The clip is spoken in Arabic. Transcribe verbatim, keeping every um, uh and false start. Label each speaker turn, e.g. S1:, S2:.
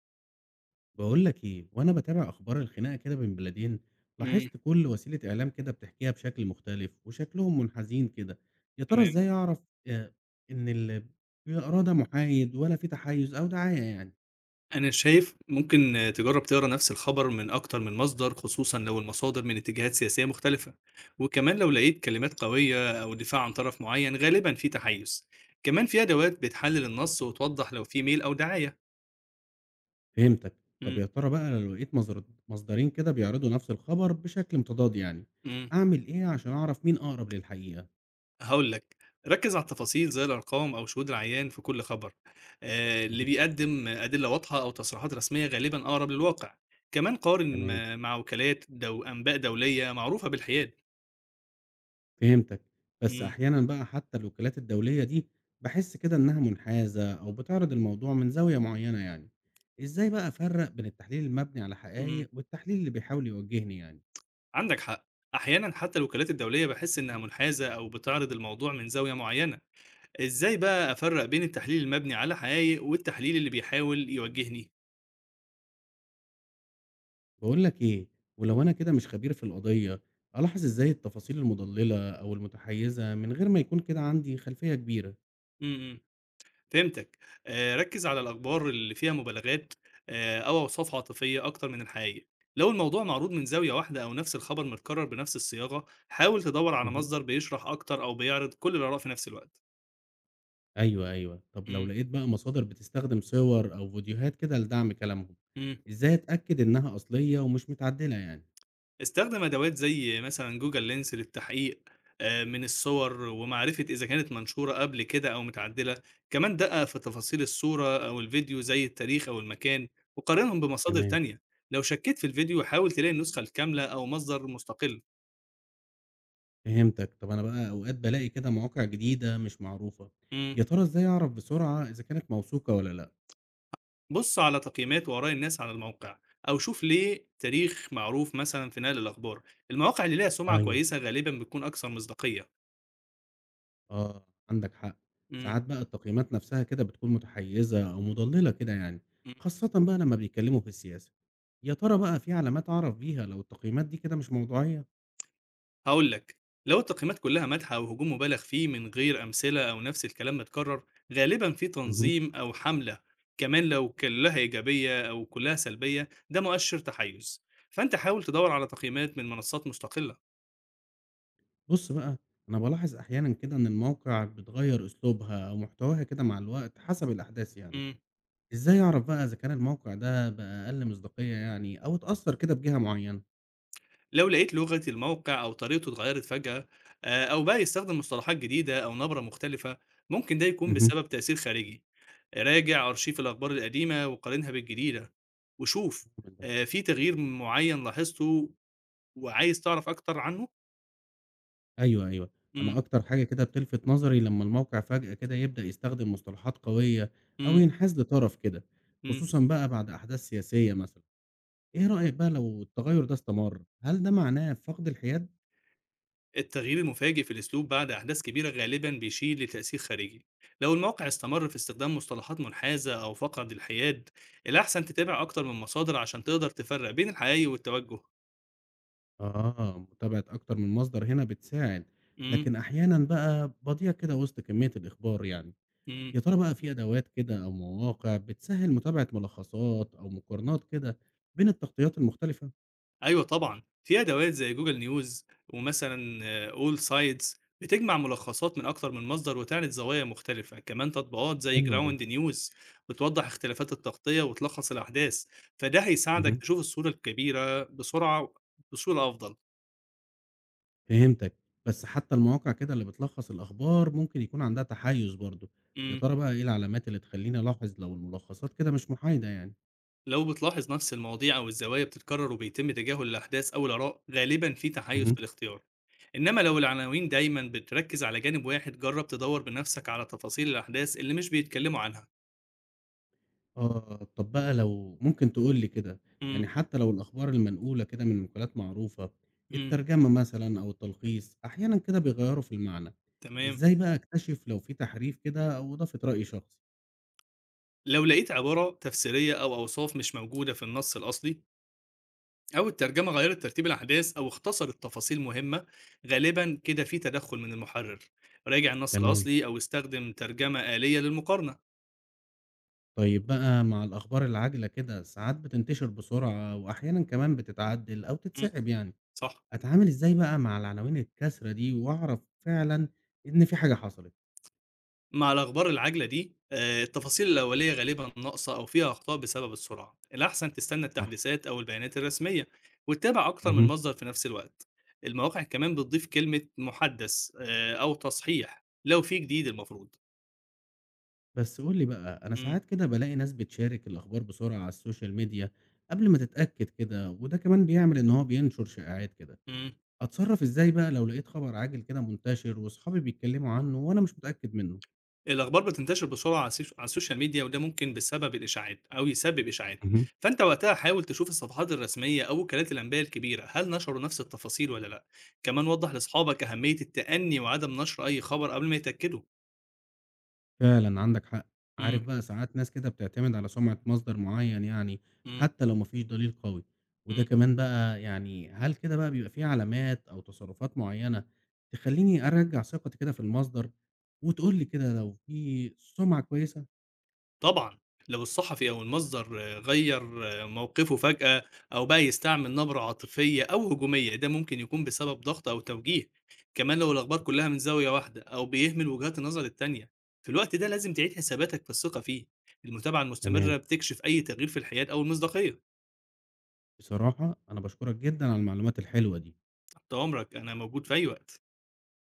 S1: بقول لك ايه وانا بتابع اخبار الخناقه كده بين بلدين.
S2: إمم،
S1: لاحظت كل وسيله اعلام كده بتحكيها بشكل مختلف وشكلهم منحازين كده. يا ترى
S2: تمام.
S1: ازاي اعرف آه، ان اللي بيقراه ده محايد ولا في تحيز او دعايه يعني؟
S2: أنا شايف ممكن تجرّب تقرا نفس الخبر من أكتر من مصدر، خصوصًا لو المصادر من اتجاهات سياسية مختلفة، وكمان لو لقيت كلمات قوية أو دفاع عن طرف معيّن غالبًا في تحيُّز. كمان في أدوات بتحلل النص وتوضّح لو في ميل أو دعاية.
S1: فهمتك. طب
S2: إمم،
S1: يا ترى بقى لو لقيت مصدر مصدرين كده بيعرضوا نفس الخبر بشكل متضاد يعني
S2: إمم،
S1: اعمل ايه عشان اعرف مين اقرب للحقيقه؟
S2: هاقول لك، ركّز على التفاصيل زي الأرقام أو شهود العيان في كل خبر. آآ اللي
S1: مهم.
S2: بيقدّم أدلة واضحة أو تصريحات رسمية غالبًا أقرب للواقع. كمان قارن
S1: تمام.
S2: مع وكالات دو أنباء دولية معروفة بالحياد.
S1: فهمتك، بس
S2: إمم،
S1: أحيانًا بقى حتى الوكالات الدولية دي باحس كده إنها منحازة أو بتعرض الموضوع من زاوية معينة يعني، إزاي بقى أفرّق بين التحليل المبني على
S2: إمم.
S1: حقايق والتحليل اللي بيحاول يوجهني يعني؟
S2: عندك حق، احيانا حتى الوكالات الدوليه بحس انها منحازه او بتعرض الموضوع من زاويه معينه. ازاي بقى افرق بين التحليل المبني على حقائق والتحليل اللي بيحاول يوجهني؟
S1: باقول لك إيه، ولو أنا كده مش خبير في القضية، ألاحظ إزاي التفاصيل المضللة أو المتحيزة من غير ما يكون كده عندي خلفية كبيرة؟
S2: امم، إمم. فهمتك. آه ركز على الاخبار اللي فيها مبالغات آه او اوصاف عاطفيه اكتر من الحقيقه. لو الموضوع معروض من زاويه واحده او نفس الخبر متكرر بنفس الصياغه حاول تدور على
S1: مهم.
S2: مصدر بيشرح اكتر او بيعرض كل الاراء في نفس الوقت.
S1: أيوه، أيوه، طب لو لقيت بقى مصادر بتستخدم صور أو فيديوهات كده لدعم كلامهم،
S2: امم.
S1: إزاي أتأكد إنها أصلية ومش متعدلة يعني؟
S2: استخدم أدوات زي مثلًا Google Lens للتحقيق آآ، من الصور ومعرفة إذا كانت منشورة قبل كده أو متعدلة، كمان دقق في تفاصيل الصورة أو الفيديو زي التاريخ أو المكان، وقارنهم بمصادر
S1: تمام.
S2: تانية. لو شكيت في الفيديو حاول تلاقي النسخة الكاملة أو مصدر مستقل.
S1: فهمتك. طب أنا بقى أوقات بالاقي كده مواقع جديدة مش معروفة،
S2: إمم.
S1: يا ترى إزاي أعرف بسرعة إذا كانت موثوقة والّا لأ؟
S2: بُص على تقييمات وآراء الناس على الموقع، أو شوف ليه تاريخ معروف مثلًا في نقل الأخبار. المواقع اللي ليها سمعة
S1: أيوه.
S2: كويسة غالبًا بتكون أكثر مصداقية.
S1: آه، عندك حق.
S2: إمم،
S1: ساعات بقى التقييمات نفسها كده بتكون متحيزة أو مضللة كده يعني،
S2: إمم.
S1: خاصةً بقى لمّا بيتكلموا في السياسة. يا ترى بقى في علامات أعرف بيها لو التقييمات دي كده مش موضوعية؟
S2: هاقول لك، لو التقييمات كلها مدح أو هجوم مبالغ فيه من غير أمثلة أو نفس الكلام متكرر، غالبًا في
S1: اهم.
S2: تنظيم أو حملة. كمان لو كلها إيجابية أو كلها سلبية ده مؤشر تحيز، فأنت حاول تدوّر على تقييمات من منصات مستقلة.
S1: بُص بقى، أنا بالاحظ أحيانًا كده إن المواقع بتغيّر أسلوبها أو محتواها كده مع الوقت حسب الأحداث يعني.
S2: إمم.
S1: إزاي أعرف بقى إذا كان الموقع ده بقى أقل مصداقية يعني أو اتأثّر كده بجهة معيّنة؟
S2: لو لقيت لغة الموقع أو طريقته اتغيّرت فجأة آآ، أو بقى يستخدم مصطلحات جديدة أو نبرة مختلفة، ممكن ده يكون
S1: اهم.
S2: بسبب تأثير خارجي. راجع أرشيف الأخبار القديمة وقارنها بالجديدة، وشوف آآ، في تغيير معيّن لاحظته وعايز تعرف أكتر عنه؟
S1: أيوه، أيوه.
S2: إمم،
S1: أنا أكتر حاجة كده بتلفت نظري لمّا الموقع فجأة كده يبدأ يستخدم مصطلحات قوية أو
S2: إمم،
S1: ينحاز لطرف كده،
S2: إمم.
S1: خصوصًا بقى بعد أحداث سياسية مثلًا. إيه رأيك بقى لو التغيُّر ده استمر، هل ده معناه فقد الحياد؟
S2: التغيير المفاجئ في الأسلوب بعد أحداث كبيرة غالبًا بيشير لتأثير خارجي. لو الموقع استمر في استخدام مصطلحات منحازة أو فقد الحياد، الأحسن تتابع أكتر من مصادر عشان تقدر تفرّق بين الحقايق والتوجه.
S1: آه، متابعة أكتر من مصدر هنا بتساعد،
S2: إمم،
S1: لكن أحيانًا بقى باضيع كده وسط كمية الإخبار يعني.
S2: إمم.
S1: يا ترى بقى في أدوات كده أو مواقع بتسهل متابعة ملخصات أو مقارنات كده بين التغطيات المختلفة؟
S2: أيوه طبعًا، في أدوات زي Google News ومثلًا All Sides بتجمع ملخصات من أكتر من مصدر وتعرض زوايا مختلفة، كمان تطبيقات زي
S1: حلو ده.
S2: Ground News بتوضح اختلافات التغطية وتلخص الأحداث، فده هيساعدك
S1: مهم.
S2: تشوف الصورة الكبيرة بسرعة بصورة أفضل.
S1: فهمتك. بس حتى المواقع كده اللي بتلخص الأخبار ممكن يكون عندها تحيز برضه. يا
S2: إمم.
S1: ترى بقى إيه العلامات اللي تخليني ألاحظ لو الملخصات كده مش محايدة يعني؟
S2: لو بتلاحظ نفس المواضيع أو الزوايا بتتكرر وبيتم تجاهل الأحداث أو الآراء، غالبًا في تحيز في الاختيار. إنما لو العناوين دايمًا بتركز على جانب واحد جرب تدور بنفسك على تفاصيل الأحداث اللي مش بيتكلموا عنها.
S1: آه، طب بقى لو ممكن تقول لي كده،
S2: إمم.
S1: يعني حتى لو الأخبار المنقولة كده من مقالات معروفة،
S2: إمم،
S1: الترجمة مثلًا أو التلخيص أحيانًا كده بيغيّروا في المعنى،
S2: تمام.
S1: إزاي بقى أكتشف لو في تحريف كده أو إضافة رأي شخصي؟
S2: لو لقيت عبارة تفسيرية أو أوصاف مش موجودة في النص الأصلي، أو الترجمة غيّرت ترتيب الأحداث أو اختصرت تفاصيل مهمة، غالبًا كده في تدخُّل من المحرر. راجع النص
S1: تمام.
S2: الأصلي أو استخدم ترجمة آلية للمقارنة.
S1: طيب بقى مع الأخبار العاجلة كده ساعات بتنتشر بسرعة وأحيانًا كمان بتتعدل أو
S2: إمم.
S1: تتسحب يعني،
S2: صح.
S1: أتعامل إزاي بقى مع العناوين الكاسرة دي وأعرف فعلًا إن في حاجة حصلت؟
S2: مع الأخبار العاجلة دي آه، التفاصيل الأولية غالبا ناقصة أو فيها أخطاء بسبب السرعة. الأحسن تستنى
S1: صح.
S2: التحديثات أو البيانات الرسمية وتتابع أكتر من
S1: اهم.
S2: مصدر في نفس الوقت. المواقع كمان بتضيف كلمة محدث آه، أو تصحيح لو في جديد المفروض.
S1: بس قُل لي بقى، أنا
S2: مم.
S1: ساعات كده بالاقي ناس بتشارك الأخبار بسرعة على السوشيال ميديا قبل ما تتأكد كده، وده كمان بيعمل إن هو بينشر شائعات كده،
S2: مم.
S1: أتصرف إزاي بقى لو لقيت خبر عاجل كده منتشر وصحابي بيتكلموا عنه وأنا مش متأكد منه؟
S2: الأخبار بتنتشر بسرعة على السيش- على السوشيال ميديا وده ممكن بسبب الإشاعات أو يسبب إشاعات.
S1: اهم.
S2: فأنت وقتها حاول تشوف الصفحات الرسمية أو وكالات الأنباء الكبيرة هل نشروا نفس التفاصيل ولا لأ. كمان وضح لأصحابك أهمية التأني وعدم نشر أي خبر قبل ما يتأكدوا.
S1: فعلًا عندك حق،
S2: امم،
S1: عارف بقى ساعات ناس كده بتعتمد على سمعة مصدر معين يعني
S2: امم،
S1: حتى لو ما فيش دليل قوي، وده
S2: امم.
S1: كمان بقى يعني هل كده بقى بيبقى في علامات أو تصرفات معينة تخلّيني أرجّع ثقتي كده في المصدر؟ وتقول لي كده لو في سُمعة كويسة؟
S2: طبعًا، لو الصحفي أو المصدر آه، غيّر آه، موقفه فجأة أو بقى يستعمل نبرة عاطفية أو هجومية، ده ممكن يكون بسبب ضغط أو توجيه. كمان لو الأخبار كلها من زاوية واحدة أو بيهمل وجهات النظر التانية، في الوقت ده لازم تعيد حساباتك في الثقة فيه. المتابعة المستمرة
S1: تمام.
S2: بتكشف أي تغيير في الحياد أو المصداقية.
S1: بصراحة أنا باشكرك جدًا على المعلومات الحلوة دي.
S2: تحت أمرك، أنا موجود في أي وقت.